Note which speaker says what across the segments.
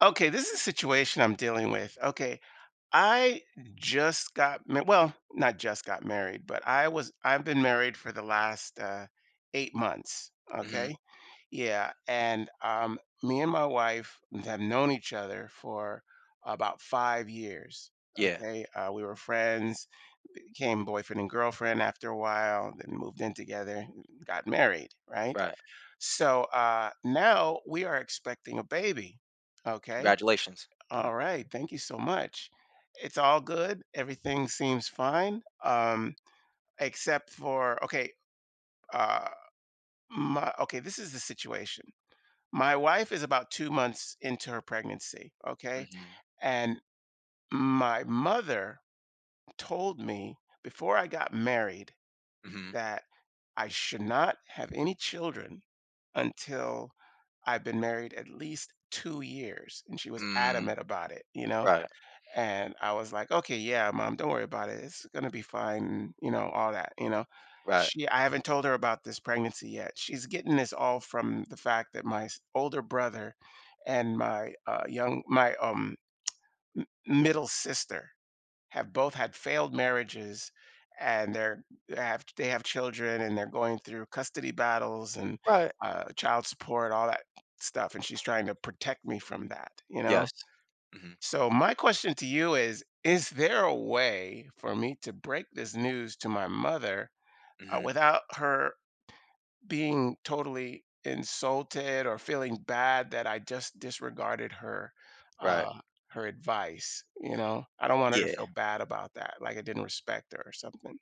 Speaker 1: Okay, this is a situation I'm dealing with. Okay, I just got ma- well, not just got married, but I've been married for the last 8 months.
Speaker 2: Mhm.
Speaker 1: Okay, yeah, and me and my wife have known each other for about 5 years.
Speaker 2: Yeah,
Speaker 1: Okay, we were friends, became boyfriend and girlfriend after a while, then moved in together, got married. Right,
Speaker 2: right.
Speaker 1: so now we are expecting a baby. Okay,
Speaker 2: Congratulations.
Speaker 1: all right. Thank you so much. It's all good. Everything seems fine. Except for, okay, uh, my, okay, This is the situation. My wife is about 2 months into her pregnancy. Okay.
Speaker 2: Mhm,
Speaker 1: And my mother told me before I got married
Speaker 2: mhm,
Speaker 1: that I should not have any children until I've been married at least 2 years. And she was
Speaker 2: mm,
Speaker 1: adamant about it, you know?
Speaker 2: right,
Speaker 1: And I was like, "Okay, yeah, mom, don't worry about it. It's gonna be fine," all that.
Speaker 2: right,
Speaker 1: She — I haven't told her about this pregnancy yet. She's getting this all from the fact that my older brother and my middle sister have both had failed marriages and they have children and they're going through custody battles and
Speaker 2: right.
Speaker 1: child support, all that stuff, and she's trying to protect me from that.
Speaker 2: Yes. Mhm,
Speaker 1: So my question to you is there a way for me to break this news to my mother
Speaker 2: mhm,
Speaker 1: without her being totally insulted or feeling bad that I just disregarded her
Speaker 2: right.
Speaker 1: um, her advice? You know, I don't want her to
Speaker 2: Yeah,
Speaker 1: feel bad about that, like I didn't respect her or something.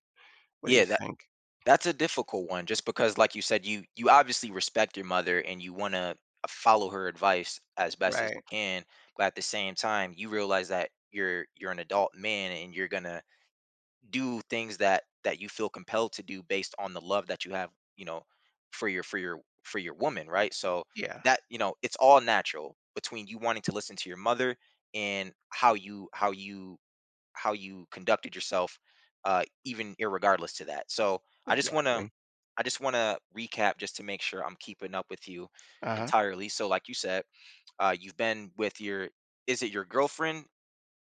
Speaker 1: What do
Speaker 2: yeah,
Speaker 1: you
Speaker 2: that
Speaker 1: think?
Speaker 2: that's a difficult one just because like you said, you obviously respect your mother and you wanna follow her advice as best as you
Speaker 1: Right?
Speaker 2: can, but at the same time, you realize that you're an adult man and you're gonna do things that you feel compelled to do based on the love that you have you know for your woman, right. So
Speaker 1: Yeah,
Speaker 2: that it's all natural between you wanting to listen to your mother and how you conducted yourself even irregardless to that. So i just want to
Speaker 1: exactly.
Speaker 2: I just want to recap just to make sure I'm keeping up with you
Speaker 1: Uh-huh.
Speaker 2: entirely. So like you said, you've been with your, is it your girlfriend,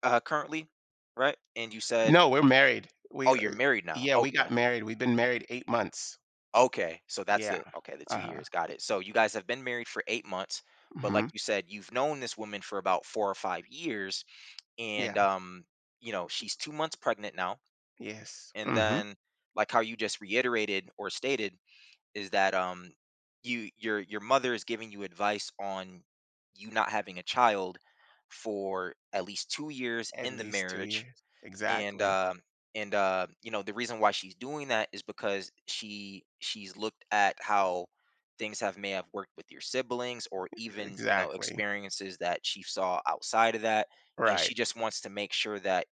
Speaker 2: currently, right? And you said,
Speaker 1: No, we're married.
Speaker 2: oh,
Speaker 1: We,
Speaker 2: you're married now,
Speaker 1: yeah, we got
Speaker 2: okay.
Speaker 1: married. We've been married 8 months.
Speaker 2: Okay, so that's
Speaker 1: Yeah.
Speaker 2: the okay, the 2
Speaker 1: Uh-huh.
Speaker 2: years, got it. So you guys have been married for 8 months, but
Speaker 1: Hmm.
Speaker 2: like you said, you've known this woman for about 4 or 5 years and,
Speaker 1: Yeah.
Speaker 2: she's 2 months pregnant now.
Speaker 1: Yes.
Speaker 2: And
Speaker 1: Mhm.
Speaker 2: then, like how you just reiterated or stated, is that your mother is giving you advice on you not having a child for at least 2 years
Speaker 1: At
Speaker 2: in the
Speaker 1: least 2
Speaker 2: marriage,
Speaker 1: years.
Speaker 2: and
Speaker 1: Exactly.
Speaker 2: uh, and the reason why she's doing that is because she's looked at how things have may have worked with your siblings, or even
Speaker 1: Exactly.
Speaker 2: experiences that she saw outside of that, and
Speaker 1: Right.
Speaker 2: she just wants to make sure that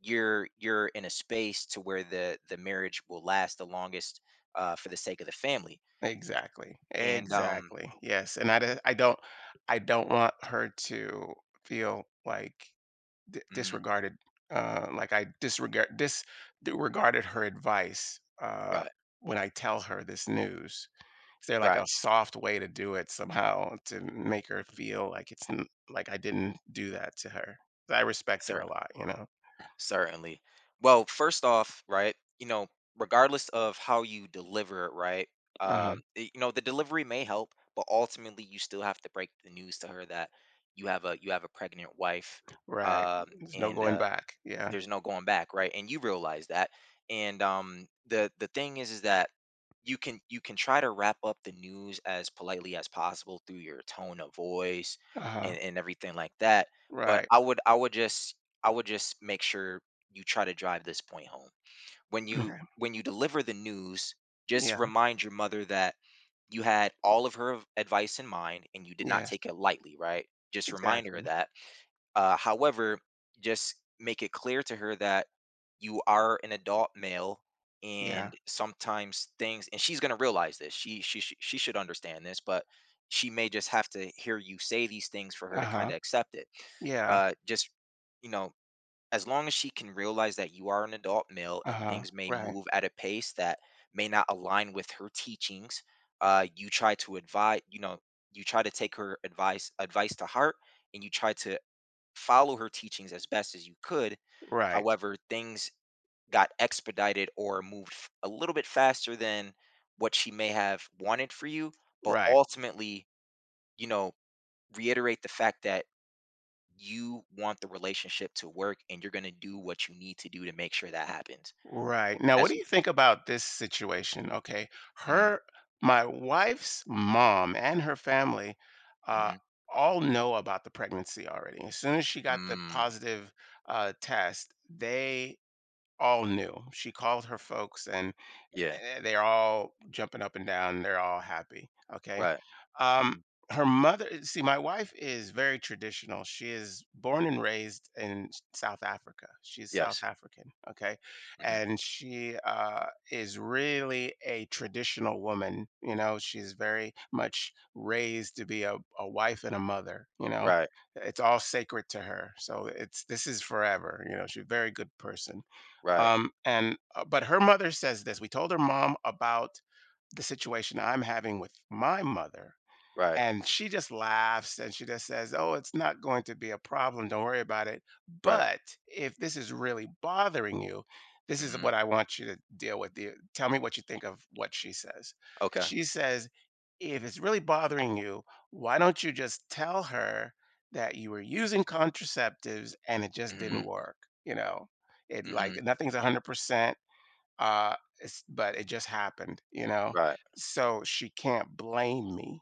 Speaker 2: you're in a space to where the marriage will last the longest, for the sake of the family
Speaker 1: Exactly.
Speaker 2: and
Speaker 1: Exactly. Yes, and I don't. I don't want her to feel, like, di
Speaker 2: mhm,
Speaker 1: disregarded, like I disregard dis d her advice,
Speaker 2: right,
Speaker 1: when I tell her this news. Is there, like, a
Speaker 2: right,
Speaker 1: soft way to do it somehow to make her feel like it's n like I didn't do that to her? I respect her
Speaker 2: sir.
Speaker 1: a lot, you know?
Speaker 2: Certainly. Well, first off, right, regardless of how you deliver it, right,
Speaker 1: Uh-huh.
Speaker 2: the delivery may help, but ultimately you still have to break the news to her that you have a pregnant wife,
Speaker 1: Right. There's no
Speaker 2: and
Speaker 1: going back. Yeah.
Speaker 2: there's no going back, right? And you realize that. And the thing is that you can try to wrap up the news as politely as possible through your tone of voice
Speaker 1: Uh-huh.
Speaker 2: and everything like that. But
Speaker 1: Right.
Speaker 2: I would just make sure you try to drive this point home when you
Speaker 1: Okay.
Speaker 2: when you deliver the news, just
Speaker 1: Yeah.
Speaker 2: remind your mother that you had all of her advice in mind and you did not
Speaker 1: Yes.
Speaker 2: take it lightly, right? Just remind her
Speaker 1: Exactly.
Speaker 2: of that. However, just make it clear to her that you are an adult male
Speaker 1: Yeah.
Speaker 2: and sometimes things, and she's going to realize this, she should understand this, but she may just have to hear you say these things for her to kind
Speaker 1: Uh-huh.
Speaker 2: of accept it.
Speaker 1: Yeah.
Speaker 2: Just, you know as long as she can realize that you are an adult male and
Speaker 1: Uh-huh.
Speaker 2: things may
Speaker 1: Right.
Speaker 2: move at a pace that may not align with her teachings, you try to advise, you try to take her advice to heart and you try to follow her teachings as best as you could.
Speaker 1: Right.
Speaker 2: However, things got expedited or moved a little bit faster than what she may have wanted for you, but
Speaker 1: Right.
Speaker 2: ultimately, you know, reiterate the fact that you want the relationship to work, and you're gonna do what you need to do to make sure that happens.
Speaker 1: Right. Now, what
Speaker 2: As
Speaker 1: do you think about this situation? Okay.
Speaker 2: mhm,
Speaker 1: Her, my wife's mom and her family, uh,
Speaker 2: mhm,
Speaker 1: all know about the pregnancy already. As soon as she got the
Speaker 2: mm,
Speaker 1: positive test, they all knew. She called her folks and,
Speaker 2: yeah,
Speaker 1: eh, they're all jumping up and down. They're all happy. Okay.
Speaker 2: right,
Speaker 1: Um,
Speaker 2: mhm,
Speaker 1: Her mother, eh, see, my wife is very traditional. She is born and raised in South Africa. She's South
Speaker 2: yes,
Speaker 1: African. Okay.
Speaker 2: mhm,
Speaker 1: And she is really a traditional woman. You know, she's very much raised to be a wife and a mother, you know.
Speaker 2: right,
Speaker 1: It's all sacred to her. So it's — this is forever. You know, she's a very good person,
Speaker 2: right,
Speaker 1: and but her mother says this. We told her mom about the situation I'm having with my mother,
Speaker 2: right,
Speaker 1: and she just laughs and she just says, "Oh, it's not going to be a problem. Don't worry about it.
Speaker 2: right,
Speaker 1: But if this is really bothering you, this is
Speaker 2: mhm,
Speaker 1: what I want you to deal with." The- Tell me what you think of what she says.
Speaker 2: okay,
Speaker 1: She says, if it's really bothering you, why don't you just tell her that you were using contraceptives and it just didn't
Speaker 2: mhm,
Speaker 1: work? You know, it
Speaker 2: mhm,
Speaker 1: nothing's 100%. It's, but it just happened, you know,
Speaker 2: right,
Speaker 1: so she can't blame me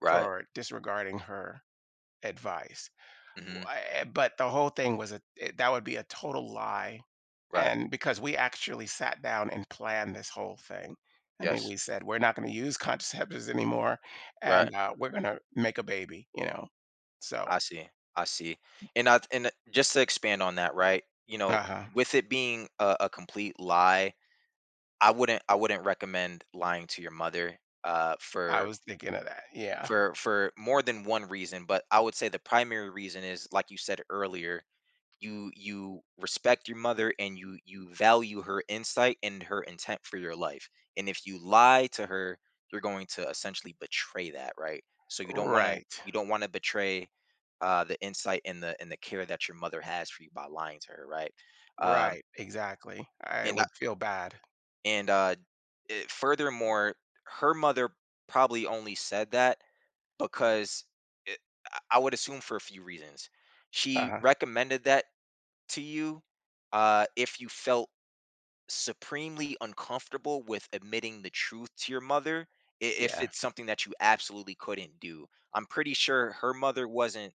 Speaker 2: right,
Speaker 1: for disregarding her advice.
Speaker 2: mhm,
Speaker 1: But the whole thing was that would be a total lie.
Speaker 2: right,
Speaker 1: And because we actually sat down and planned this whole thing. I mean,
Speaker 2: yes,
Speaker 1: we said we're not going to use contraceptives anymore,
Speaker 2: right.
Speaker 1: and we're going to make a baby. You know, so
Speaker 2: I see, I see. And just to expand on that, right? You know,
Speaker 1: uh-huh.
Speaker 2: with it being a complete lie, I wouldn't recommend lying to your mother,
Speaker 1: I
Speaker 2: for
Speaker 1: was thinking of that. Yeah.
Speaker 2: more than one reason, but I would say the primary reason is like you said earlier, you respect your mother and you value her insight and her intent for your life, and if you lie to her, you're going to essentially betray that, right? So you don't want to
Speaker 1: Right.
Speaker 2: you don't want to betray the insight and the care that your mother has for you by lying to her, right. um
Speaker 1: Right. Exactly. I
Speaker 2: and I-
Speaker 1: would feel bad.
Speaker 2: and uh eh, furthermore her mother probably only said that because it, I would assume for a few reasons. She
Speaker 1: Uh-huh.
Speaker 2: recommended that to you if you felt supremely uncomfortable with admitting the truth to your mother, I- if
Speaker 1: Yeah.
Speaker 2: it's something that you absolutely couldn't do. I'm pretty sure her mother wasn't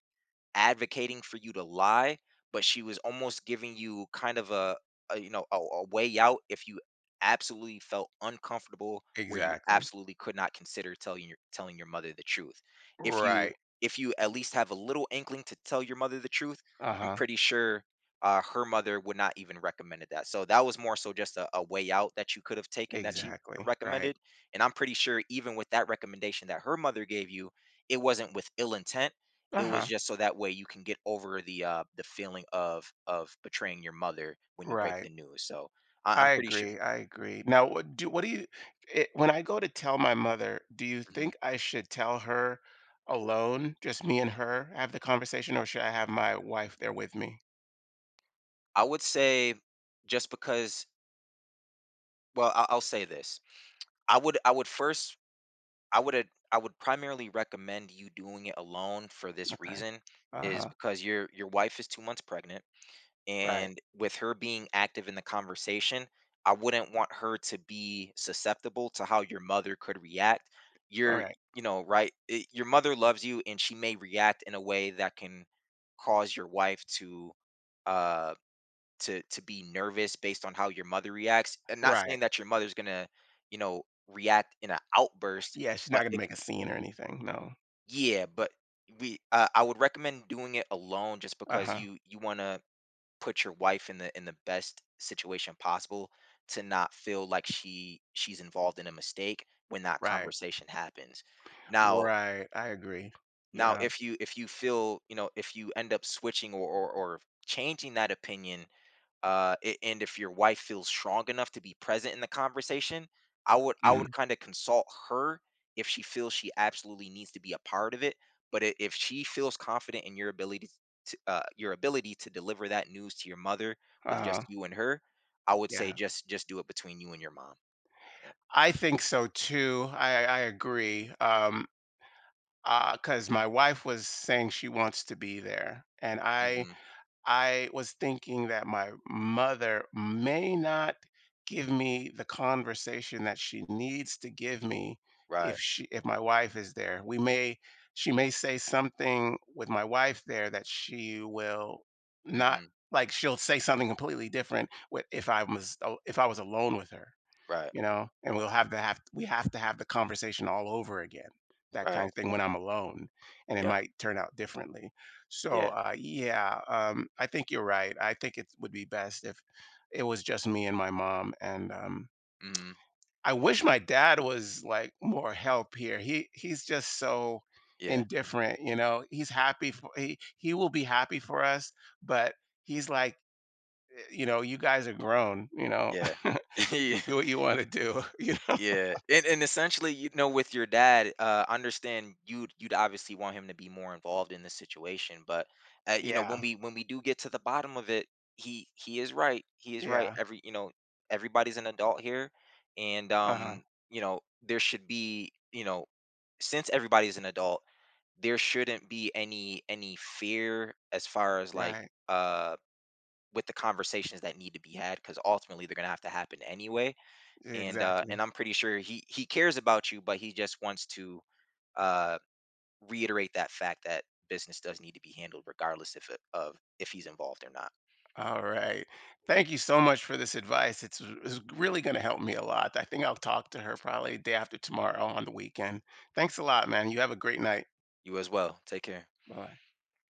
Speaker 2: advocating for you to lie, but she was almost giving you kind of a way out if you absolutely felt uncomfortable where you
Speaker 1: Exactly.
Speaker 2: absolutely could not consider telling your mother the truth. If you
Speaker 1: Right.
Speaker 2: if you at least have a little inkling to tell your mother the truth, I'm
Speaker 1: Uh-huh.
Speaker 2: pretty sure her mother would not even recommended that. So that was more so just a way out that you could have taken that she
Speaker 1: Exactly. Right.
Speaker 2: recommended. And I'm pretty sure even with that recommendation that her mother gave you, it wasn't with ill intent, it was
Speaker 1: Uh-huh.
Speaker 2: just so that way you can get over the feeling of betraying your mother when you break
Speaker 1: Right.
Speaker 2: the news. So
Speaker 1: I
Speaker 2: I'm pretty sure.
Speaker 1: agree, I agree. Now, what do you when I go to tell my mother, do you
Speaker 2: Mhm.
Speaker 1: think I should tell her alone, just me and her, have the conversation, or should I have my wife there with me?
Speaker 2: I would say just because. Well, I'll say this. I would first I would ad- I would primarily recommend you doing it alone for this
Speaker 1: Okay.
Speaker 2: reason, is
Speaker 1: Uh-huh.
Speaker 2: because your wife is 2 months pregnant,
Speaker 1: Right.
Speaker 2: and with her being active in the conversation, I wouldn't want her to be susceptible to how your mother could react.
Speaker 1: All
Speaker 2: you're
Speaker 1: right.
Speaker 2: you know, right, your mother loves you and she may react in a way that can cause your wife uh to be nervous based on how your mother reacts. And not
Speaker 1: Right.
Speaker 2: saying that your mother's gonna you know react in an outburst,
Speaker 1: Yeah, she's not
Speaker 2: but
Speaker 1: gonna make a scene or anything. No.
Speaker 2: yeah, but we I would recommend doing it alone just because
Speaker 1: Uh-huh.
Speaker 2: you want to put your wife in the best situation possible to not feel like she's involved in a mistake when that
Speaker 1: Right.
Speaker 2: conversation happens. Now,
Speaker 1: Right. I agree. Yeah.
Speaker 2: if you feel, if you end up switching or changing that opinion, and if your wife feels strong enough to be present in the conversation, I would
Speaker 1: Mhm.
Speaker 2: kind of consult her if she feels she absolutely needs to be a part of it. But if she feels confident in your ability to deliver that news to your mother with
Speaker 1: Uh-huh.
Speaker 2: just you and her, I would say
Speaker 1: Yeah.
Speaker 2: just do it between you and your mom. Yeah.
Speaker 1: I think so too. I agree. 'Cause my wife was saying she wants to be there, and I
Speaker 2: Hmm.
Speaker 1: I was thinking that my mother may not give me the conversation that she needs to give me if
Speaker 2: Right.
Speaker 1: she if my wife is there. We may She may say something with my wife there that she will not —
Speaker 2: Hmm.
Speaker 1: like she'll say something completely different with if I was alone with her,
Speaker 2: Right.
Speaker 1: you know, and we have to have the conversation all over again, that
Speaker 2: Right.
Speaker 1: kind of thing when I'm alone, and it
Speaker 2: Yep.
Speaker 1: might turn out differently. So,
Speaker 2: Yeah.
Speaker 1: I think you're right. I think it would be best if it was just me and my mom. And
Speaker 2: Hmm.
Speaker 1: I wish my dad was like more help here. He's just so
Speaker 2: Yeah.
Speaker 1: indifferent, you know. He's happy for he will be happy for us, but he's like, you know, you guys are grown, you know,
Speaker 2: Yeah. yeah.
Speaker 1: do what you want to do, you know.
Speaker 2: Yeah, and essentially, with your dad, I understand you'd obviously want him to be more involved in this situation, but
Speaker 1: Yeah.
Speaker 2: when we do get to the bottom of it, he is right. He is right.
Speaker 1: Yeah.
Speaker 2: Every everybody's an adult here, and
Speaker 1: Uh-huh.
Speaker 2: there should be since everybody's an adult, there shouldn't be any fear as far as like,
Speaker 1: Right.
Speaker 2: uh with the conversations that need to be had because ultimately they're gonna have to happen anyway. And
Speaker 1: Exactly.
Speaker 2: I'm pretty sure he cares about you, but he just wants to uh reiterate that fact that business does need to be handled regardless if it, of if he's involved or not.
Speaker 1: All right. Thank you so much for this advice. It's really going to help me a lot. I think I'll talk to her probably day after tomorrow on the weekend. Thanks a lot, man. You have a great night.
Speaker 2: You as well, take care.
Speaker 1: Bye.